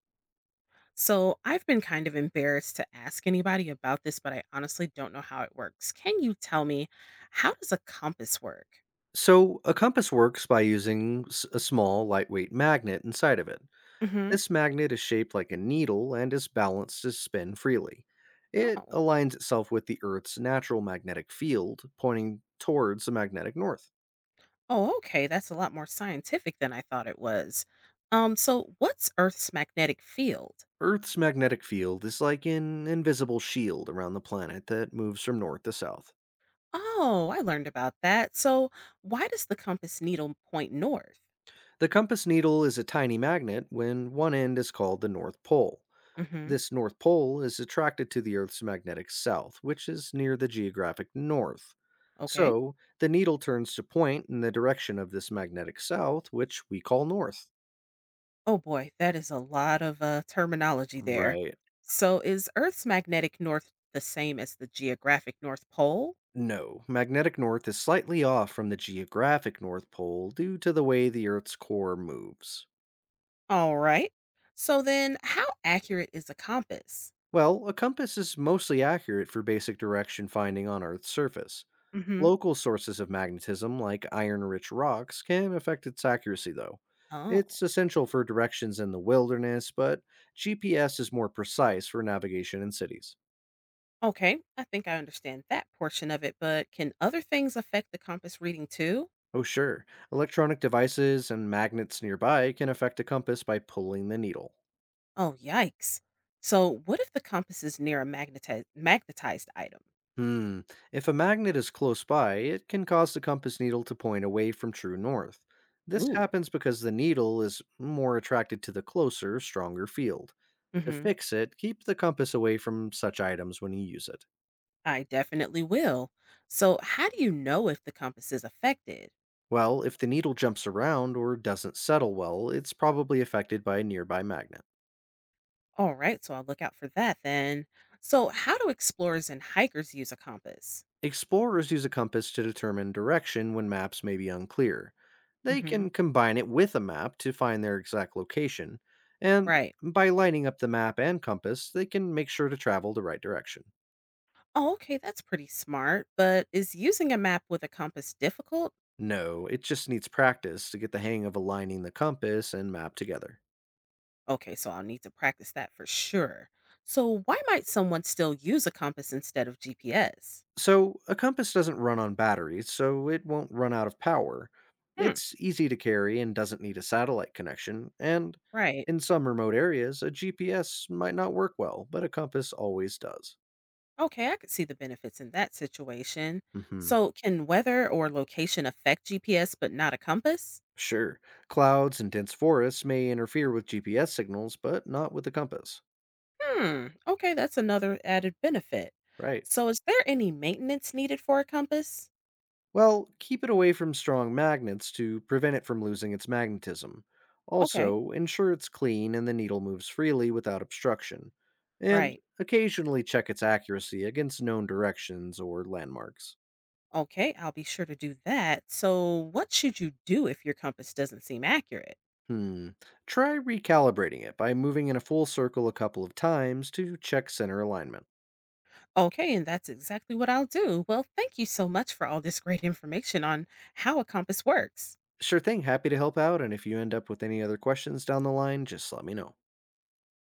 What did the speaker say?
So I've been kind of embarrassed to ask anybody about this, but I honestly don't know how it works. Can you tell me, how does a compass work? So, a compass works by using a small, lightweight magnet inside of it. Hmm. This magnet is shaped like a needle and is balanced to spin freely. It Oh, aligns itself with the Earth's natural magnetic field, pointing towards the magnetic north. oh, okay. That's a lot more scientific than I thought it was. So what's Earth's magnetic field? Earth's magnetic field is like an invisible shield around the planet that moves from north to south. Oh, I learned about that. So why does the compass needle point north? The compass needle is a tiny magnet when one end is called the North Pole. Mm-hmm. This North Pole is attracted to the Earth's magnetic south, which is near the geographic north. Okay. So, the needle turns to point in the direction of this magnetic south, which we call north. Oh boy, that is a lot of terminology there. Right. So is Earth's magnetic north the same as the geographic North Pole? No, magnetic north is slightly off from the geographic North Pole due to the way the Earth's core moves. All right. So then, how accurate is a compass? Well, a compass is mostly accurate for basic direction finding on Earth's surface. Hmm. Local sources of magnetism, like iron rich rocks, can affect its accuracy, though. Oh, It's essential for directions in the wilderness, but GPS is more precise for navigation in cities. okay. I think I understand that portion of it, but can other things affect the compass reading too? Oh, sure, electronic devices and magnets nearby can affect a compass by pulling the needle. Oh, yikes. So, what if the compass is near a magnetized item? Hmm. If a magnet is close by, it can cause the compass needle to point away from true north. This Ooh. happens because the needle is more attracted to the closer, stronger field. To Hmm. fix it, keep the compass away from such items when you use it. I definitely will. So, how do you know if the compass is affected? Well, if the needle jumps around or doesn't settle well, it's probably affected by a nearby magnet. All right, so I'll look out for that then. So, how do explorers and hikers use a compass? Explorers use a compass to determine direction when maps may be unclear. They Hmm. can combine it with a map to find their exact location, and Right. by lining up the map and compass, they can make sure to travel the right direction. Oh, okay, that's pretty smart. But is using a map with a compass difficult? No, it just needs practice to get the hang of aligning the compass and map together. Okay, so I'll need to practice that for sure. So, why might someone still use a compass instead of GPS? So, a compass doesn't run on batteries, so it won't run out of power. Hmm, It's easy to carry and doesn't need a satellite connection, and right. in some remote areas, a GPS might not work well, but a compass always does. Okay, I could see the benefits in that situation. Hmm. So, can weather or location affect GPS but not a compass? Sure, clouds and dense forests may interfere with GPS signals, but not with a compass. Hmm, okay, that's another added benefit. Right. So, is there any maintenance needed for a compass? Well, keep it away from strong magnets to prevent it from losing its magnetism. Okay, Also, ensure it's clean and the needle moves freely without obstruction. And right. occasionally check its accuracy against known directions or landmarks. Okay, I'll be sure to do that. So, what should you do if your compass doesn't seem accurate? Hmm. Try recalibrating it by moving in a full circle a couple of times to check center alignment. Okay, and that's exactly what I'll do. Well, thank you so much for all this great information on how a compass works. Sure thing, happy to help out, and if you end up with any other questions down the line, just let me know.